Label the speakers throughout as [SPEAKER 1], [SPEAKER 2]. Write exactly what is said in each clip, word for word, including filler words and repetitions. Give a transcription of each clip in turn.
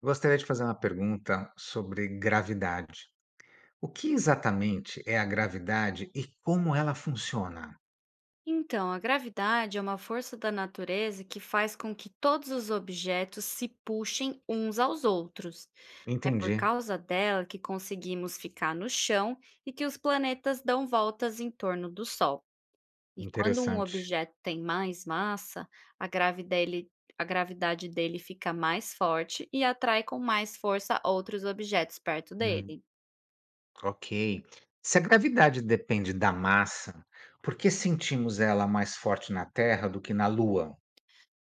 [SPEAKER 1] Gostaria de fazer uma pergunta sobre gravidade. O que exatamente é a gravidade e como ela funciona?
[SPEAKER 2] Então, a gravidade é uma força da natureza que faz com que todos os objetos se puxem uns aos outros. É por
[SPEAKER 1] Entendi,
[SPEAKER 2] causa dela que conseguimos ficar no chão e que os planetas dão voltas em torno do Sol. E quando um
[SPEAKER 1] interessante.
[SPEAKER 2] objeto tem mais massa, a gravidele- a gravidade dele fica mais forte e atrai com mais força outros objetos perto
[SPEAKER 1] Hum,
[SPEAKER 2] dele.
[SPEAKER 1] ok. Se a gravidade depende da massa, por que sentimos ela mais forte na Terra do que na Lua?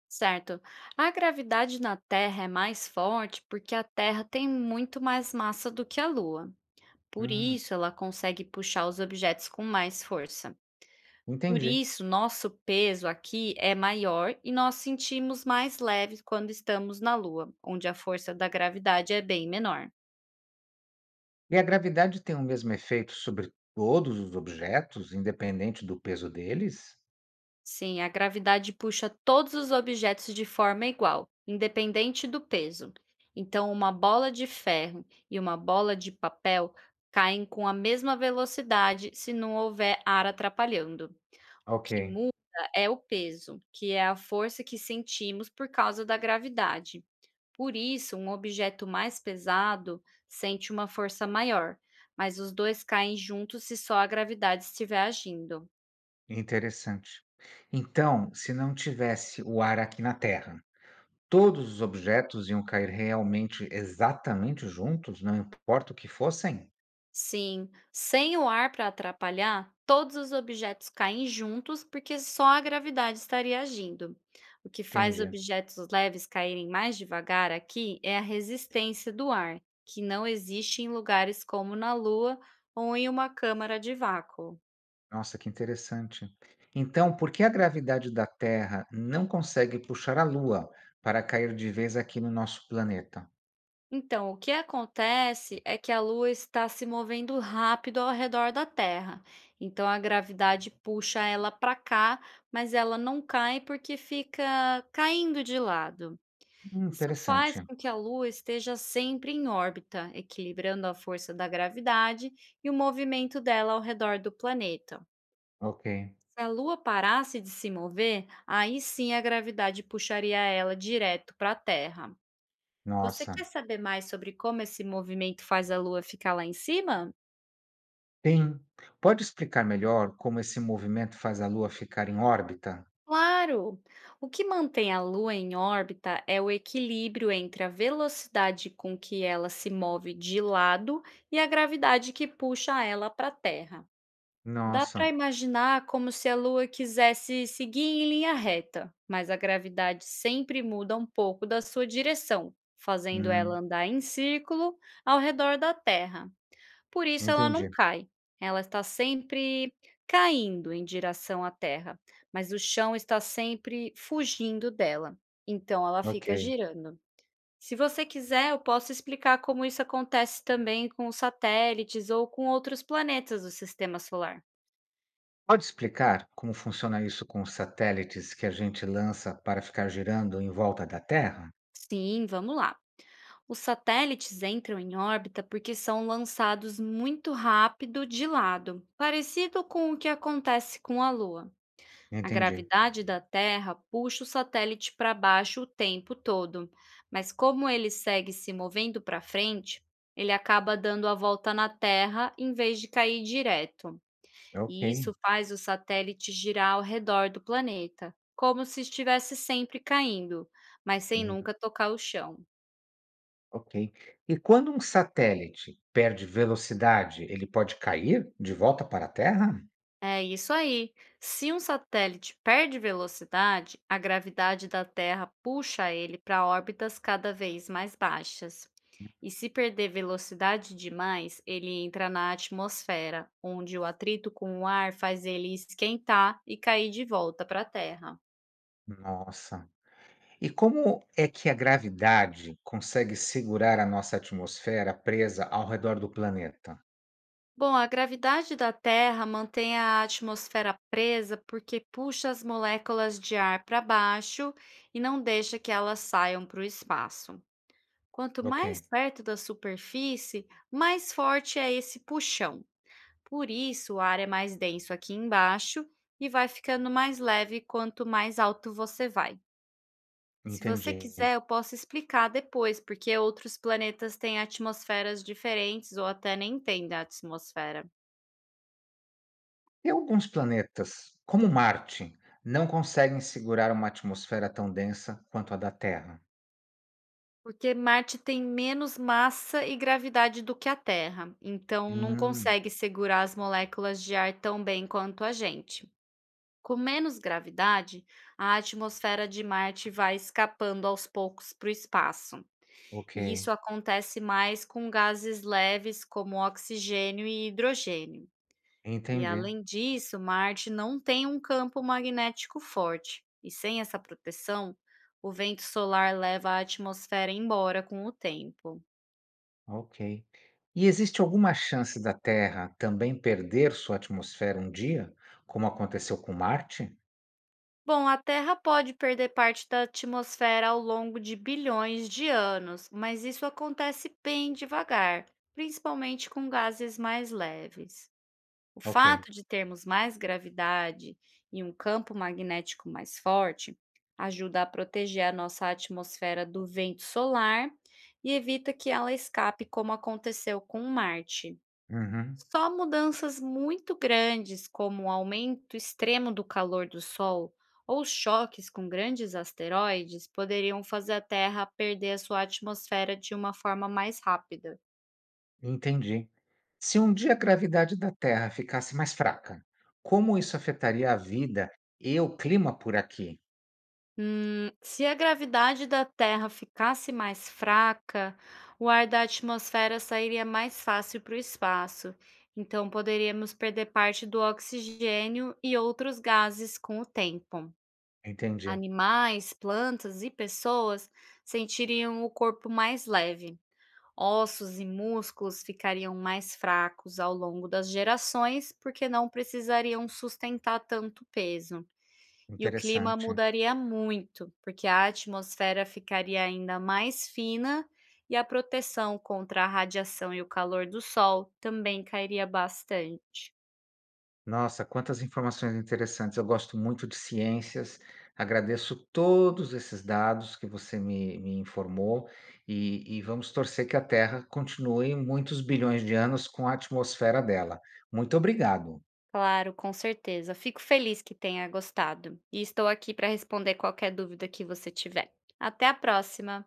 [SPEAKER 2] Certo. A gravidade na Terra é mais forte porque a Terra tem muito mais massa do que a Lua. Por
[SPEAKER 1] Hum,
[SPEAKER 2] isso, ela consegue puxar os objetos com mais força. Por
[SPEAKER 1] entendi.
[SPEAKER 2] isso, nosso peso aqui é maior e nós sentimos mais leves quando estamos na Lua, onde a força da gravidade é bem menor.
[SPEAKER 1] E a gravidade tem o mesmo efeito sobre todos os objetos, independente do peso deles?
[SPEAKER 2] Sim, a gravidade puxa todos os objetos de forma igual, independente do peso. Então, uma bola de ferro e uma bola de papel caem com a mesma velocidade se não houver ar atrapalhando. O
[SPEAKER 1] Ok,
[SPEAKER 2] que muda é o peso, que é a força que sentimos por causa da gravidade. Por isso, um objeto mais pesado sente uma força maior, mas os dois caem juntos se só a gravidade estiver agindo.
[SPEAKER 1] interessante. Então, se não tivesse o ar aqui na Terra, todos os objetos iam cair realmente exatamente juntos, não importa o que fossem?
[SPEAKER 2] Sim, sem o ar para atrapalhar, todos os objetos caem juntos porque só a gravidade estaria agindo. O que faz
[SPEAKER 1] Entendi.
[SPEAKER 2] objetos leves caírem mais devagar aqui é a resistência do ar, que não existe em lugares como na Lua ou em uma câmara de vácuo.
[SPEAKER 1] Nossa, que interessante. Então, por que a gravidade da Terra não consegue puxar a Lua para cair de vez aqui no nosso planeta?
[SPEAKER 2] Então, o que acontece é que a Lua está se movendo rápido ao redor da Terra. Então, a gravidade puxa ela para cá, mas ela não cai porque fica caindo de lado.
[SPEAKER 1] Hum,
[SPEAKER 2] Isso faz
[SPEAKER 1] interessante.
[SPEAKER 2] com que a Lua esteja sempre em órbita, equilibrando a força da gravidade e o movimento dela ao redor do planeta.
[SPEAKER 1] Ok.
[SPEAKER 2] Se a Lua parasse de se mover, aí sim a gravidade puxaria ela direto para a Terra. Você quer
[SPEAKER 1] Nossa.
[SPEAKER 2] saber mais sobre como esse movimento faz a Lua ficar lá em cima?
[SPEAKER 1] Sim. Pode explicar melhor como esse movimento faz a Lua ficar em órbita?
[SPEAKER 2] Claro! O que mantém a Lua em órbita é o equilíbrio entre a velocidade com que ela se move de lado e a gravidade que puxa ela para a Terra. Dá para
[SPEAKER 1] Nossa.
[SPEAKER 2] imaginar como se a Lua quisesse seguir em linha reta, mas a gravidade sempre muda um pouco da sua direção, fazendo ela
[SPEAKER 1] Hum,
[SPEAKER 2] andar em círculo ao redor da Terra. Por isso ela não
[SPEAKER 1] entendi.
[SPEAKER 2] cai. Ela está sempre caindo em direção à terra, mas o chão está sempre fugindo dela. Então ela
[SPEAKER 1] Ok.
[SPEAKER 2] fica girando. Se você quiser, eu posso explicar como isso acontece também com os satélites ou com outros planetas do sistema solar.
[SPEAKER 1] Pode explicar como funciona isso com os satélites que a gente lança para ficar girando em volta da Terra?
[SPEAKER 2] Sim, vamos lá. Os satélites entram em órbita porque são lançados muito rápido de lado, parecido com o que acontece com a Lua. A
[SPEAKER 1] Entendi.
[SPEAKER 2] gravidade da Terra puxa o satélite para baixo o tempo todo, mas como ele segue se movendo para frente, ele acaba dando a volta na Terra em vez de cair direto.
[SPEAKER 1] Ok.
[SPEAKER 2] E isso faz o satélite girar ao redor do planeta, como se estivesse sempre caindo, mas sem
[SPEAKER 1] Hum,
[SPEAKER 2] nunca tocar o chão.
[SPEAKER 1] ok. E quando um satélite perde velocidade, ele pode cair de volta para a Terra?
[SPEAKER 2] É isso aí. Se um satélite perde velocidade, a gravidade da Terra puxa ele para órbitas cada vez mais baixas. E se perder velocidade demais, ele entra na atmosfera, onde o atrito com o ar faz ele esquentar e cair de volta para a Terra.
[SPEAKER 1] Nossa. E como é que a gravidade consegue segurar a nossa atmosfera presa ao redor do planeta?
[SPEAKER 2] Bom, a gravidade da Terra mantém a atmosfera presa porque puxa as moléculas de ar para baixo e não deixa que elas saiam para o espaço. Quanto
[SPEAKER 1] Ok,
[SPEAKER 2] mais perto da superfície, mais forte é esse puxão. Por isso, o ar é mais denso aqui embaixo e vai ficando mais leve quanto mais alto você vai. Se você
[SPEAKER 1] entendi.
[SPEAKER 2] quiser, eu posso explicar depois, porque outros planetas têm atmosferas diferentes ou até nem têm da atmosfera.
[SPEAKER 1] E alguns planetas, como Marte, não conseguem segurar uma atmosfera tão densa quanto a da Terra.
[SPEAKER 2] Porque Marte tem menos massa e gravidade do que a Terra, então não
[SPEAKER 1] Hum,
[SPEAKER 2] consegue segurar as moléculas de ar tão bem quanto a gente. Com menos gravidade, a atmosfera de Marte vai escapando aos poucos para o espaço, e
[SPEAKER 1] ok.
[SPEAKER 2] isso acontece mais com gases leves como oxigênio e hidrogênio. E
[SPEAKER 1] Entendi.
[SPEAKER 2] além disso, Marte não tem um campo magnético forte, e sem essa proteção, o vento solar leva a atmosfera embora com o tempo.
[SPEAKER 1] Ok. E existe alguma chance da Terra também perder sua atmosfera um dia, como aconteceu com Marte?
[SPEAKER 2] Bom, a Terra pode perder parte da atmosfera ao longo de bilhões de anos, mas isso acontece bem devagar, principalmente com gases mais leves. O
[SPEAKER 1] Ok.
[SPEAKER 2] fato de termos mais gravidade e um campo magnético mais forte ajuda a proteger a nossa atmosfera do vento solar e evita que ela escape, como aconteceu com Marte.
[SPEAKER 1] Uhum.
[SPEAKER 2] Só mudanças muito grandes, como o aumento extremo do calor do Sol ou choques com grandes asteroides, poderiam fazer a Terra perder a sua atmosfera de uma forma mais rápida.
[SPEAKER 1] Entendi. Se um dia a gravidade da Terra ficasse mais fraca, como isso afetaria a vida e o clima por aqui?
[SPEAKER 2] Hum, se a gravidade da Terra ficasse mais fraca, o ar da atmosfera sairia mais fácil para o espaço. Então, poderíamos perder parte do oxigênio e outros gases com o tempo.
[SPEAKER 1] Entendi.
[SPEAKER 2] Animais, plantas e pessoas sentiriam o corpo mais leve. Ossos e músculos ficariam mais fracos ao longo das gerações porque não precisariam sustentar tanto peso. E o clima
[SPEAKER 1] Interessante.
[SPEAKER 2] mudaria muito, porque a atmosfera ficaria ainda mais fina e a proteção contra a radiação e o calor do sol também cairia bastante.
[SPEAKER 1] Nossa, quantas informações interessantes. Eu gosto muito de ciências. Agradeço todos esses dados que você me, me informou e, e vamos torcer que a Terra continue muitos bilhões de anos com a atmosfera dela. Muito obrigado.
[SPEAKER 2] Claro, com certeza. Fico feliz que tenha gostado e estou aqui para responder qualquer dúvida que você tiver. Até a próxima!